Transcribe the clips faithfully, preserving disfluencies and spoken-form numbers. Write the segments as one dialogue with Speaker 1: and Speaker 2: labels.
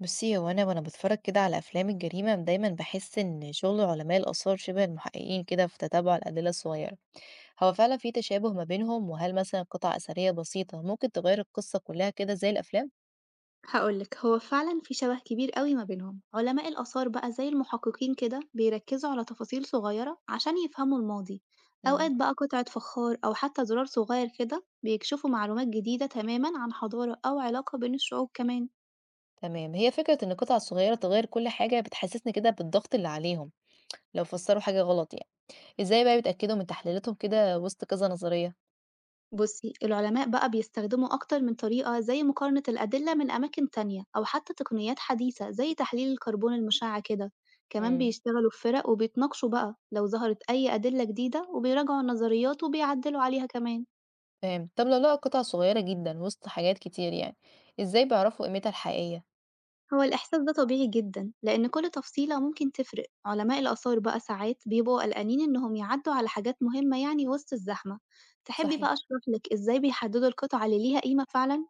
Speaker 1: بُصّي، هو أنا وأنا باتفرّج كده على أفلام الجريمة دايمًا باحس إن شغل علماء الآثار شِبه المحققين كده في تتبُّع الأدلة الصغيّرة، هو فعلًا في تشابه ما بينهم، وهل مثلًا قطعة أثرية بسيطة ممكن تغيّر القصّة كلّها كده زي الأفلام؟
Speaker 2: هقولك، هو فعلا في شبه كبير قوي ما بينهم. علماء الآثار بقى زي المحققين كده بيركزوا على تفاصيل صغيرة عشان يفهموا الماضي.
Speaker 1: إمم.
Speaker 2: أوقات بقى قطعة فخار أو حتى زرار صغير كده بيكشفوا معلومات جديدة تماما عن حضارة أو علاقة بين الشعوب كمان.
Speaker 1: تمام، هي فكرة إن القطعة الصغيّرة تغيّر كل حاجة بتحسّسني كده بالضغط اللي عليهم لو فسّروا حاجة غلط يعني، إزاي بقى بيتأكدوا من تحليلاتهم كده وسط كذا نظرية؟
Speaker 2: بصي، العلماء بقى بيستخدموا أكتر من طريقة، زي مقارنة الأدلة من أماكن تانية أو حتى تقنيات حديثة زي تحليل الكربون المشع كده. كمان
Speaker 1: إمم.
Speaker 2: بيشتغلوا في فرق وبيتناقشوا بقى لو ظهرت أي أدلة جديدة، وبيراجعوا النظريات وبيعدلوا عليها كمان.
Speaker 1: فهمت، طَب لو لقوا قطعة صغيّرة جدًا وسط حاجات كتير يعني، إزاي بيعرفوا قيمتها الحقيقية؟
Speaker 2: هو الإحساس ده طبيعي جدًا، لأن كل تفصيلة ممكن تفرق، علماء الآثار بقى ساعات بيبقوا قلقانين إنهم يعدّوا على حاجات مهمة يعني وسط الزحمة، تحبي
Speaker 1: صحيح.
Speaker 2: بقى أشرح لك إزاي بيحددوا القطعة اللي ليها قيمة فعلًا؟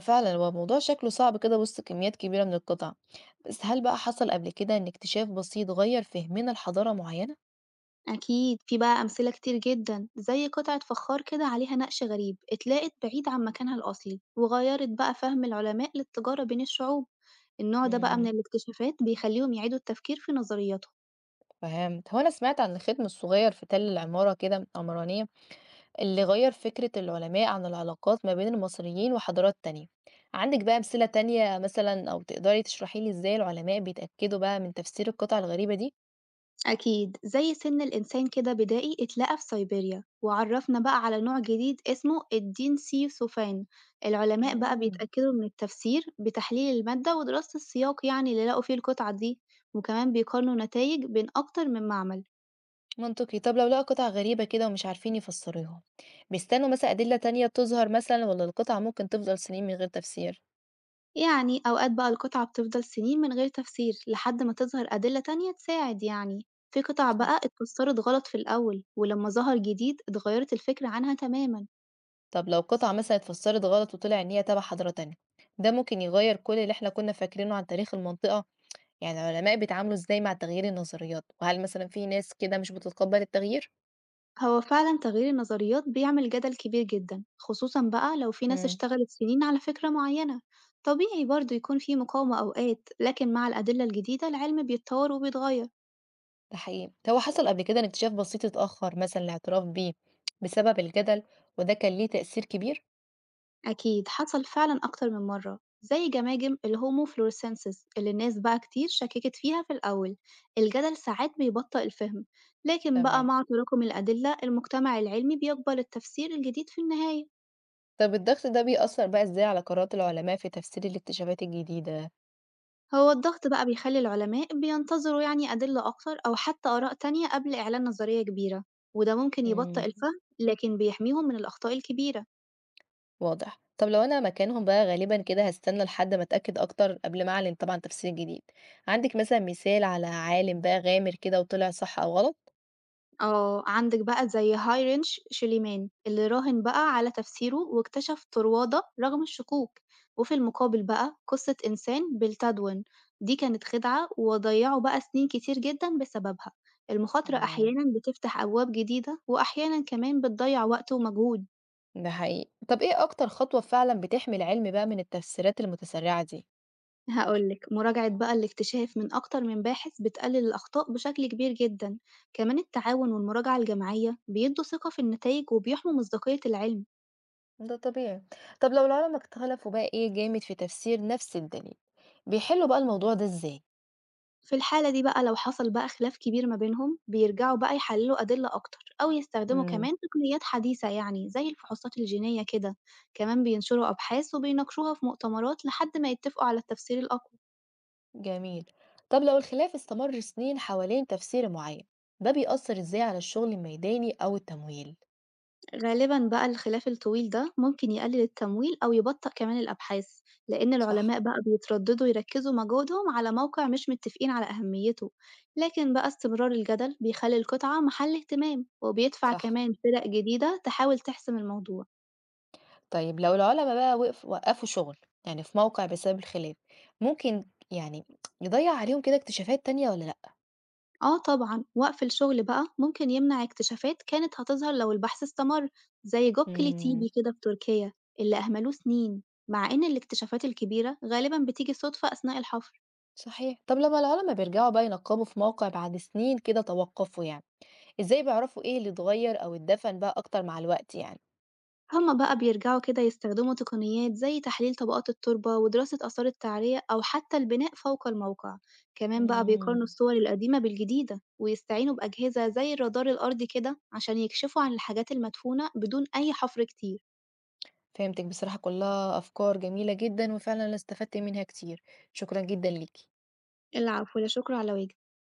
Speaker 1: فعلا هو الموضوع شكله صعب كده وسط كميات كبيرة من القطع، بس هل بقى حصل قبل كده ان اكتشاف بسيط غير فهمنا لحضارة معينة؟
Speaker 2: أكيد، في بقى أمثلة كتير جدًا، زي قطعة فخار كده عليها نقش غريب اتلاقت بعيد عن مكانها الأصلي، وغيّرت بقى فهم العلماء للتجارة بين الشعوب، النوع ده بقى من
Speaker 1: امم.
Speaker 2: الاكتشافات بيخليهم يعيدوا التفكير في نظرياتهم.
Speaker 1: فهمت، هو انا سمعت عن الختم الصغير في تل العمارة كده عمرانية، اللي غير فكرة العلماء عن العلاقات ما بين المصريين وحضارات تانية. عندك بقى أمثلة تانية مثلا او تقدري تشرحي لي ازاي العلماء بيتأكدوا بقى من تفسير القطع الغريبة دي؟
Speaker 2: أكيد، زي سن الإنسان كده بدائي اتلقى في سيبيريا، وعرفنا بقى على نوع جديد اسمه الدين سي سوفان. العلماء بقى
Speaker 1: امم.
Speaker 2: بيتأكدوا من التفسير بتحليل المادة ودراسة السياق، يعني اللي لقوا فيه القطعة دي. وكمان بيقارنوا نتائج بين أكتر من معمل.
Speaker 1: منطقي، طب لو لقوا قطع غريبة كده ومش عارفين يفسروها، بيستنوا مثلا أدلة تانية تظهر مثلا ولا القطعة ممكن تفضل سنين من غير تفسير؟
Speaker 2: يعني أوقات بقى القطعة بتفضل سنين من غير تفسير لحد ما تظهر أدلة تانية تساعد يعني. في قطع بقى
Speaker 1: صحيح.
Speaker 2: اتفسرت غلط في الأول، ولما ظهر جديد اتغيرت الفكرة عنها تماما.
Speaker 1: طب لو قطعة مثلا اتفسرت غلط وطلع إن هي تبع حضارة تانية، ده ممكن يغير كل اللي احنا كنا فاكرينه عن تاريخ المنطقة، يعني العلماء بيتعاملوا ازاي مع تغيير النظريات، وهل مثلا في ناس كده مش بتتقبل التغيير؟
Speaker 2: هو فعلا تغيير النظريات بيعمل جدل كبير جدا، خصوصا بقى لو في ناس
Speaker 1: امم.
Speaker 2: اشتغلت سنين على فكرة معينة. طبيعي برضه يكون في مقاومة أوقات، لكن مع الأدلة الجديدة العلم بيتطور وبيتغير.
Speaker 1: ده حقيقي، هو حصل قبل كده إن اكتشاف بسيط اتأخر مثلا الاعتراف بيه بسبب الجدل، وده كان ليه تأثير كبير؟
Speaker 2: أكيد حصل فعلا أكتر من مرة، زي جماجم الهومو فلورسنسس اللي الناس بقى كتير شككت فيها في الأول. الجدل ساعات بيبطئ الفهم، لكن بقى
Speaker 1: تمام.
Speaker 2: مع تراكم الأدلة المجتمع العلمي بيقبل التفسير الجديد في النهاية.
Speaker 1: طب الضغط ده بيأثّر بقى إزاي على قرارات العلماء في تفسير الاكتشافات الجديدة؟
Speaker 2: هو الضغط بقى بيخلي العلماء بينتظروا يعني أدلة أكتر أو حتى آراء تانية قبل إعلان نظرية كبيرة، وده ممكن يبطئ
Speaker 1: إمم.
Speaker 2: الفهم لكن بيحميهم من الأخطاء الكبيرة.
Speaker 1: واضح. طب لو أنا مكانهم بقى غالبًا كده هاستنى لحد ما أتأكد أكتر قبل ما أعلن طبعًا تفسير جديد. عندِك مثلًا مثال على عالم بقى غامر كده وطلع صح أو غلط؟
Speaker 2: اه، عندك بقى زي هايرنش شليمان اللي راهن بقى على تفسيره واكتشف طروادة رغم الشكوك. وفي المقابل بقى قصة إنسان بالتدون، دي كانت خدعة وضيعوا بقى سنين كتير جدا بسببها. المخاطرة
Speaker 1: تمام.
Speaker 2: أحيانا بتفتح أبواب جديدة، وأحيانا كمان بتضيع وقت ومجهود.
Speaker 1: ده حقيقي. طب إيه أكتر خطوة فعلًا بتحمي العلم بقى من التفسيرات المتسرعة دي؟
Speaker 2: هاقول لك، مراجعة بقى الاكتشاف من أكتر من باحث بتقلل الأخطاء بشكل كبير جدًا، كمان التعاون والمراجعة الجماعية بيدوا ثقة في النتائج وبيحموا مصداقية العلم.
Speaker 1: إمم. ده طبيعي. طب لو العلما اختلفوا بقى إيه جامد في تفسير نفس الدليل، بيحلّوا بقى الموضوع ده إزاي؟
Speaker 2: في الحالة دي بقى لو حصل بقى خلاف كبير ما بينهم، بيرجعوا بقى يحللوا أدلة أكتر أو يستخدموا
Speaker 1: إمم.
Speaker 2: كمان تقنيات حديثة يعني زي الفحوصات الجينية كده، كمان بينشروا أبحاث وبيناقشوها في مؤتمرات لحد ما يتفقوا على التفسير الأقوى.
Speaker 1: جميل. طب لو الخلاف استمر سنين حوالين تفسير معين، ده بيأثر ازاي على الشغل الميداني أو التمويل؟
Speaker 2: غالبًا بقى الخلاف الطويل ده ممكن يقلل التمويل أو يبطئ كمان الأبحاث، لأن
Speaker 1: صح.
Speaker 2: العلماء بقى بيترددوا يركزوا مجهودهم على موقع مش متفقين على أهميته، لكن بقى استمرار الجدل بيخلي القطعة محل اهتمام وبيدفع
Speaker 1: صح.
Speaker 2: كمان فرق جديدة تحاول تحسم الموضوع.
Speaker 1: طيب لو العلماء بقى وقف وقفوا شغل يعني في موقع بسبب الخلاف، ممكن يعني يضيع عليهم كده اكتشافات تانية ولا لأ؟
Speaker 2: آه طبعًا، وقف الشغل بقى ممكن يمنع اكتشافات كانت هتظهر لو البحث استمر، زي جوب
Speaker 1: امم.
Speaker 2: كليتيبي كده في تركيا اللي أهملوه سنين، مع إن الاكتشافات الكبيرة غالبًا بتيجي صدفة أثناء الحفر.
Speaker 1: صحيح. طب لما العلماء بيرجعوا بقى ينقبوا في موقع بعد سنين كده توقفوا يعني، ازاي بيعرفوا ايه اللي اتغير أو اتدفن بقى أكتر مع الوقت يعني؟
Speaker 2: هما بقى بيرجعوا كده يستخدموا تقنيات زي تحليل طبقات التربة ودراسة آثار التعرية أو حتى البناء فوق الموقع، كمان بقى بيقارنوا
Speaker 1: مم.
Speaker 2: الصور القديمة بالجديدة ويستعينوا بأجهزة زي الرادار الأرضي كده عشان يكشفوا عن الحاجات المدفونة بدون أي حفر كتير.
Speaker 1: فهمتِك، بصراحة كلّها أفكار جميلة جدًا، وفعلًا أنا استفدت منها كتير، شكرًا جدًا ليكِ.
Speaker 2: العفو، لا شكر على واجب.